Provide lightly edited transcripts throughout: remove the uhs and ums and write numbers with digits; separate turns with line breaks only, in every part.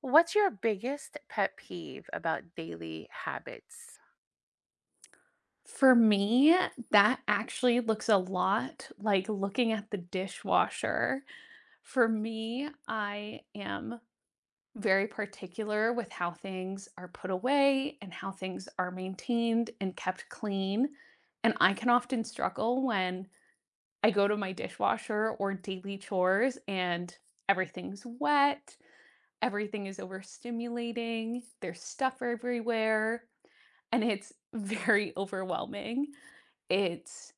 What's your biggest pet peeve about daily habits?
For me, that actually looks a lot like looking at the dishwasher. For me, I am very particular with how things are put away and how things are maintained and kept clean. And I can often struggle when I go to my dishwasher or daily chores and everything's wet, everything is overstimulating, there's stuff everywhere, and it's very overwhelming. It's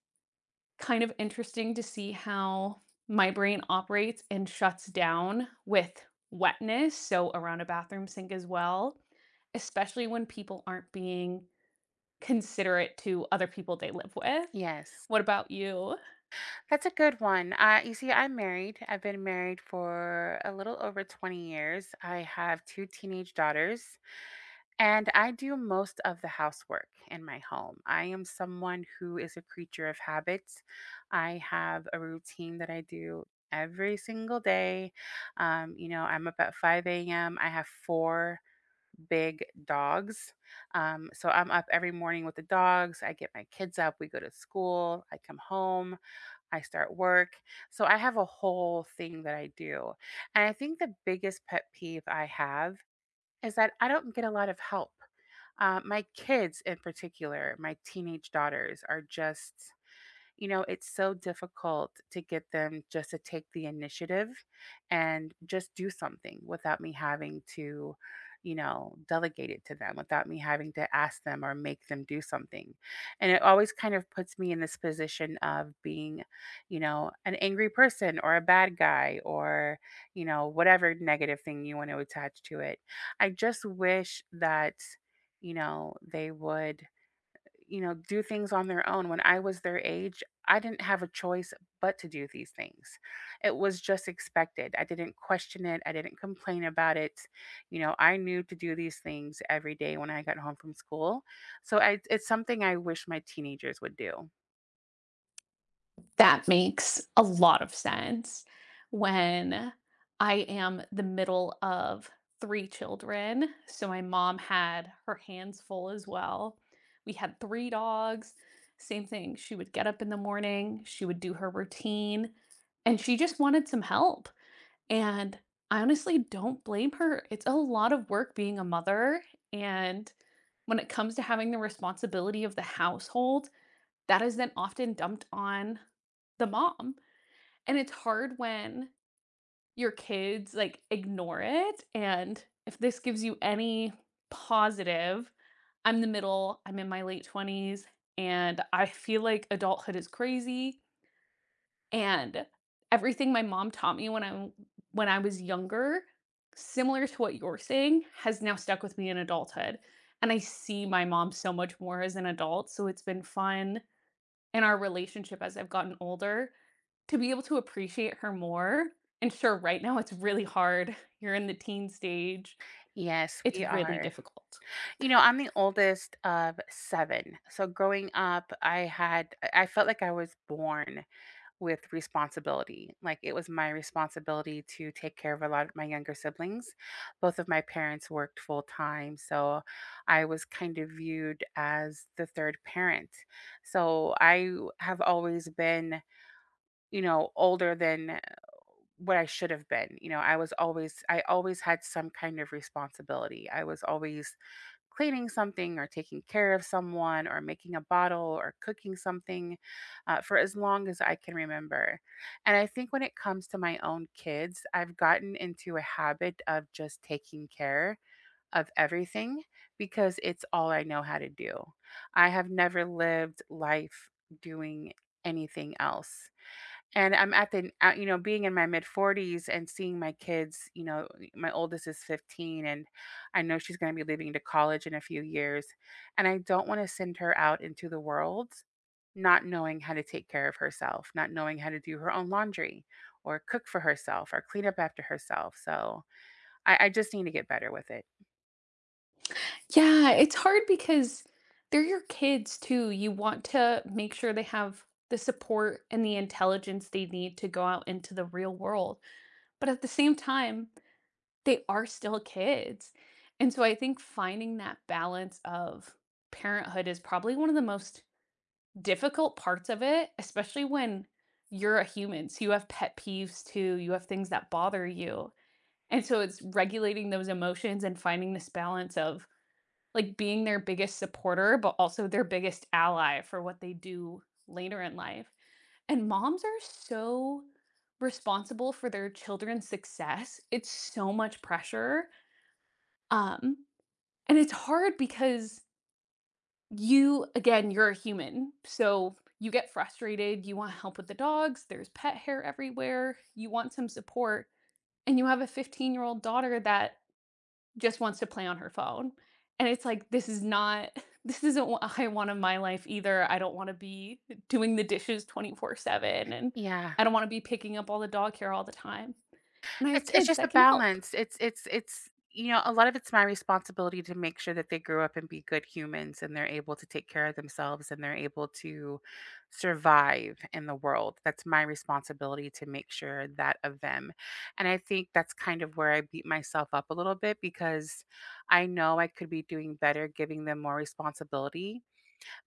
kind of interesting to see how my brain operates and shuts down with wetness, so around a bathroom sink as well, especially when people aren't being considerate to other people they live with.
Yes,
What about you?
that's a good one. You see, I'm married. I've been married for a little over 20 years. I have two teenage daughters, and I do most of the housework in my home. I am someone who is a creature of habits. I have a routine that I do every single day. You know, I'm up at 5 a.m., I have four big dogs. So I'm up every morning with the dogs. I get my kids up. We go to school. I come home. I start work. So I have a whole thing that I do. And I think the biggest pet peeve I have is that I don't get a lot of help. My kids, in particular, my teenage daughters, are just you know, it's so difficult to get them just to take the initiative and just do something without me having to, you know, delegate it to them, without me having to ask them or make them do something. And it always kind of puts me in this position of being, you know, an angry person or a bad guy or, you know, whatever negative thing you want to attach to it. I just wish that, you know, they would you know, do things on their own. When I was their age, I didn't have a choice but to do these things. It was just expected. I didn't question it. I didn't complain about it. You know, I knew to do these things every day when I got home from school. So I, it's something I wish my teenagers would do.
That makes a lot of sense. When I am the middle of 3 children, so my mom had her hands full as well. We had 3 dogs, same thing. She would get up in the morning, she would do her routine, and she just wanted some help, and I honestly don't blame her. It's a lot of work being a mother, and when it comes to having the responsibility of the household, that is then often dumped on the mom. And it's hard when your kids like ignore it. And if this gives you any positive, I'm the middle, I'm in my late 20s, and I feel like adulthood is crazy. And everything my mom taught me when I was younger, similar to what you're saying, has now stuck with me in adulthood. And I see my mom so much more as an adult. So it's been fun in our relationship as I've gotten older to be able to appreciate her more. And sure, right now it's really hard. You're in the teen stage.
Yes,
It's
we
really
are.
difficult.
You know, I'm the oldest of seven. So growing up, I felt like I was born with responsibility. Like it was my responsibility to take care of a lot of my younger siblings. Both of my parents worked full time, so I was kind of viewed as the third parent. So I have always been, you know, older than what I should have been. You know, I always had some kind of responsibility. I was always cleaning something or taking care of someone or making a bottle or cooking something for as long as I can remember. And I think when it comes to my own kids, I've gotten into a habit of just taking care of everything because it's all I know how to do. I have never lived life doing anything else. And I'm at the you know, being in my mid 40s and seeing my kids, you know, my oldest is 15 and I know she's going to be leaving to college in a few years, and I don't want to send her out into the world not knowing how to take care of herself, not knowing how to do her own laundry or cook for herself or clean up after herself. So, I just need to get better with it.
Yeah, it's hard because they're your kids too. You want to make sure they have the support and the intelligence they need to go out into the real world. But at the same time, they are still kids. And so I think finding that balance of parenthood is probably one of the most difficult parts of it, especially when you're a human. So you have pet peeves too, you have things that bother you. And so it's regulating those emotions and finding this balance of like being their biggest supporter, but also their biggest ally for what they do later in life. And moms are so responsible for their children's success. It's so much pressure, um, and it's hard because you, again, you're a human, so you get frustrated, you want help with the dogs, there's pet hair everywhere, you want some support, and you have a 15-year-old daughter that just wants to play on her phone. And it's like, this is not this isn't what I want in my life either. I don't wanna be doing the dishes 24/7, and
Yeah,
I don't wanna be picking up all the dog hair all the time. And I have
it's
kids
just a
that can help.
balance. It's you know, a lot of it's my responsibility to make sure that they grow up and be good humans and they're able to take care of themselves and they're able to survive in the world. That's my responsibility to make sure that of them. And I think that's kind of where I beat myself up a little bit because I know I could be doing better giving them more responsibility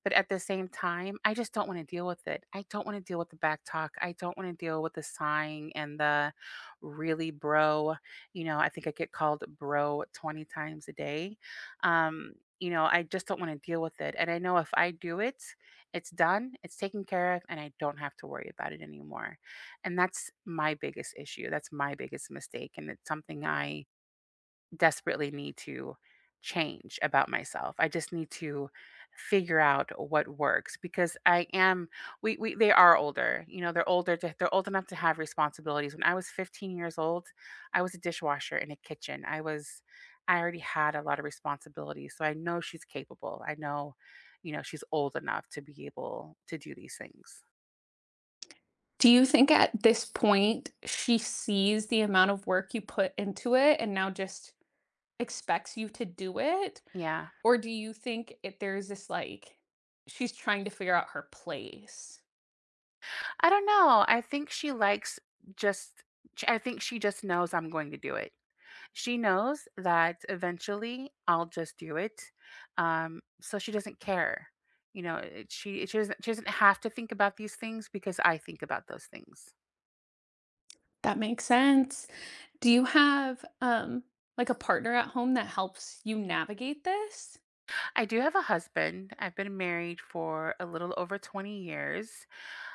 but at the same time, I just don't want to deal with it. I don't want to deal with the back talk. I don't want to deal with the sighing and the really bro. You know, I think I get called bro 20 times a day. Um, you know, I just don't want to deal with it. And I know if I do it, it's done, it's taken care of, and I don't have to worry about it anymore. And that's my biggest issue. That's my biggest mistake. And it's something I desperately need to change about myself. I just need to figure out what works because I am we they are older. You know, they're older to, they're old enough to have responsibilities. When I was 15 years old, I was a dishwasher in a kitchen. I already had a lot of responsibilities. So I know she's capable. I know, you know, she's old enough to be able to do these things.
Do you think at this point she sees the amount of work you put into it and now just expects you to do it?
Yeah.
Or do you think there's this like she's trying to figure out her place?
I don't know. I think she likes just I think she just knows I'm going to do it. She knows that eventually I'll just do it, so she doesn't care. You know, it, she doesn't have to think about these things because I think about those things.
That makes sense. Do you have like a partner at home that helps you navigate this?
I do have a husband. I've been married for a little over 20 years.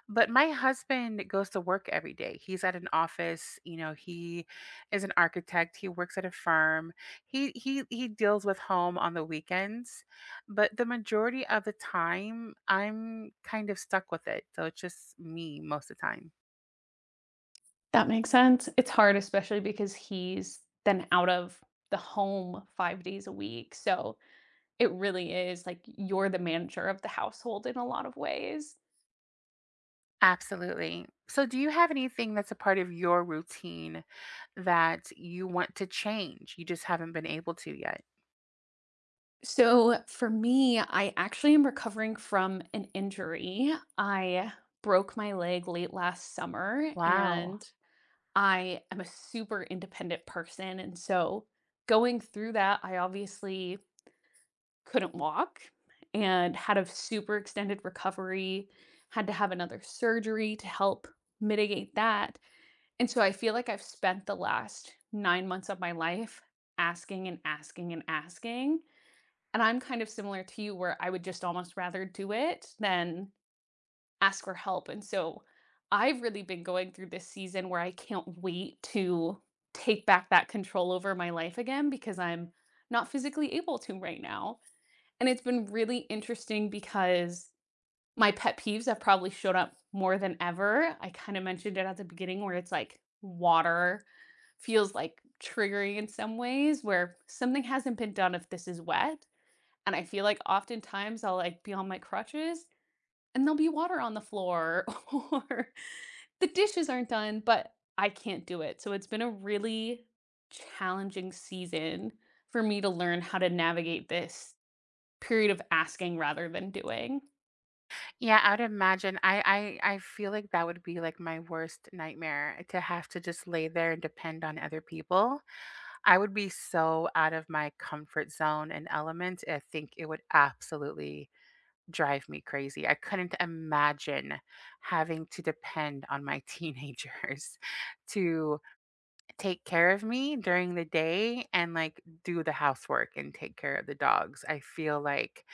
But my husband goes to work every day. He's at an office, you know, he is an architect, he works at a firm. He deals with home on the weekends, but the majority of the time I'm kind of stuck with it. So it's just me most of the time.
That makes sense. It's hard, especially because he's then out of the home 5 days a week. So it really is like you're the manager of the household in a lot of ways.
Absolutely. So do you have anything that's a part of your routine that you want to change? You just haven't been able to yet.
So for me, I actually am recovering from an injury. I broke my leg late last summer,
Wow.
and I am a super independent person. And so going through that, I obviously couldn't walk and had a super extended recovery, had to have another surgery to help mitigate that. And so I feel like I've spent the last 9 months of my life asking and asking and asking. And I'm kind of similar to you where I would just almost rather do it than ask for help. And so I've really been going through this season where I can't wait to take back that control over my life again because I'm not physically able to right now. And it's been really interesting because my pet peeves have probably showed up more than ever. I kind of mentioned it at the beginning, where it's like water feels like triggering in some ways where something hasn't been done if this is wet, and I feel like oftentimes I'll like be on my crutches and there'll be water on the floor, or the dishes aren't done, but I can't do it. So it's been a really challenging season for me to learn how to navigate this period of asking rather than doing.
Yeah, I would imagine. I feel like that would be like my worst nightmare to have to just lay there and depend on other people. I would be so out of my comfort zone and element. I think it would absolutely drive me crazy. I couldn't imagine having to depend on my teenagers to take care of me during the day and like do the housework and take care of the dogs. I feel like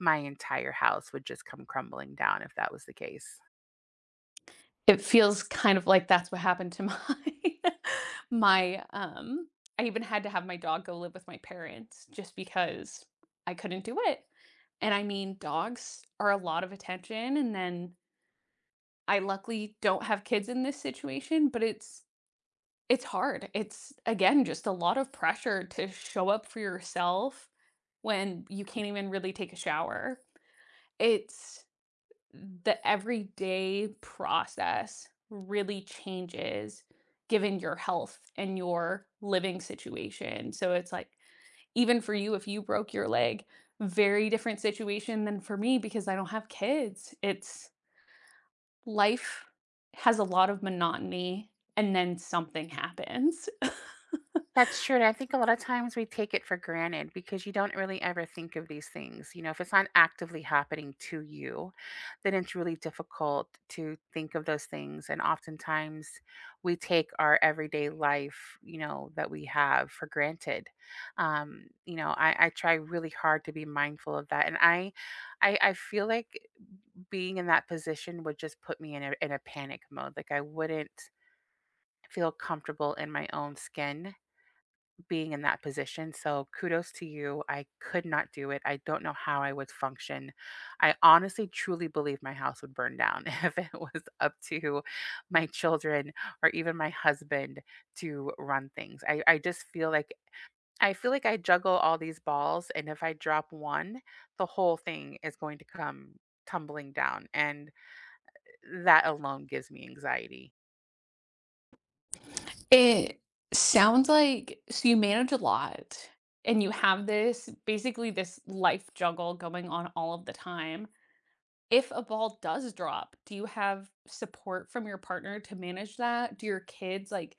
my entire house would just come crumbling down if that was the case.
It feels kind of like that's what happened to my my I even had to have my dog go live with my parents just because I couldn't do it. And I mean, dogs are a lot of attention, and then I luckily don't have kids in this situation, but it's hard. It's again just a lot of pressure to show up for yourself when you can't even really take a shower. It's The everyday process really changes given your health and your living situation. So it's like even for you, if you broke your leg, very different situation than for me because I don't have kids. It's Life has a lot of monotony, and then something happens.
That's true, and I think a lot of times we take it for granted because you don't really ever think of these things. You know, if it's not actively happening to you, then it's really difficult to think of those things. And oftentimes we take our everyday life, you know, that we have for granted. You know, I try really hard to be mindful of that. And I feel like being in that position would just put me in a panic mode. Like I wouldn't feel comfortable in my own skin being in that position. So kudos to you. I could not do it. I don't know how I would function. I honestly truly believe my house would burn down if it was up to my children or even my husband to run things. I just feel like I juggle all these balls and if I drop one, the whole thing is going to come tumbling down. And that alone gives me anxiety.
It sounds like, so you manage a lot, and you have this life juggle going on all of the time. If a ball does drop, do you have support from your partner to manage that? Do your kids, like,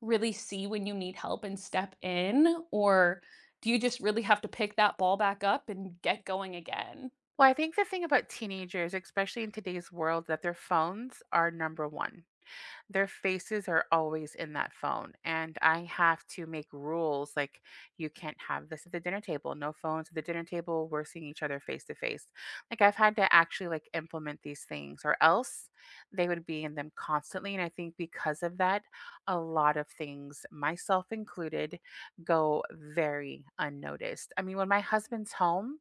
really see when you need help and step in, or do you just really have to pick that ball back up and get going again?
Well, I think the thing about teenagers, especially in today's world, that their phones are number one. Their faces are always in that phone, and I have to make rules like you can't have this at the dinner table, no phones at the dinner table, we're seeing each other face to face. Like, I've had to actually like implement these things, or else they would be in them constantly. And I think because of that, a lot of things, myself included, go very unnoticed. I mean, when my husband's home,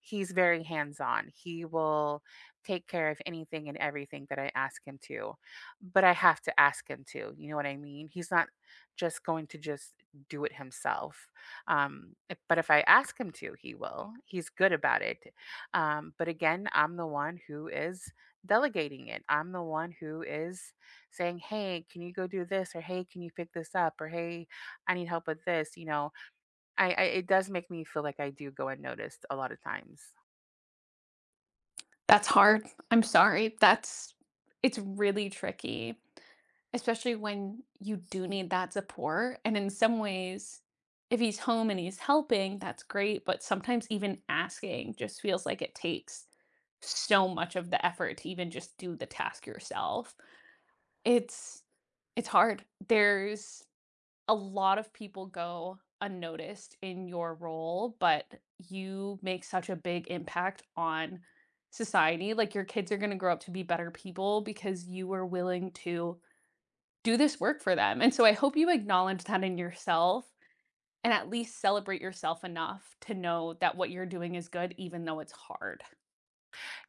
he's very hands on, he will take care of anything and everything that I ask him to, but I have to ask him to, you know what I mean? He's not just going to just do it himself. But if I ask him to, he will. He's good about it. But again, I'm the one who is delegating it. I'm the one who is saying, "Hey, can you go do this?" or "Hey, can you pick this up?" or "Hey, I need help with this." You know, I it does make me feel like I do go unnoticed a lot of times.
That's hard. I'm sorry. That's It's really tricky, especially when you do need that support. And in some ways, if he's home and he's helping, that's great. But sometimes even asking just feels like it takes so much of the effort to even just do the task yourself. It's it's hard. There's a lot of people go unnoticed in your role, but you make such a big impact on society. Like, your kids are gonna grow up to be better people because you were willing to do this work for them, and so I hope you acknowledge that in yourself and at least celebrate yourself enough to know that what you're doing is good even though it's hard.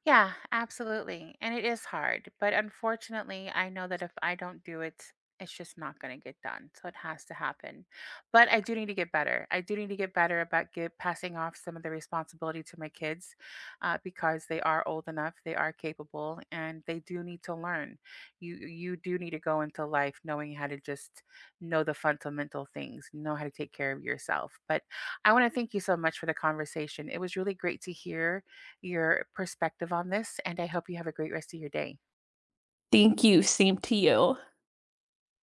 Yeah, absolutely. And it is hard. But unfortunately, I know that if I don't do it, it's just not going to get done. So it has to happen. But I do need to get better. I do need to get better about get, passing off some of the responsibility to my kids because they are old enough, they are capable, and they do need to learn. You do need to go into life knowing how to just know the fundamental things, know how to take care of yourself. But I want to thank you so much for the conversation. It was really great to hear your perspective on this, and I hope you have a great rest of your day.
Thank you, same to you.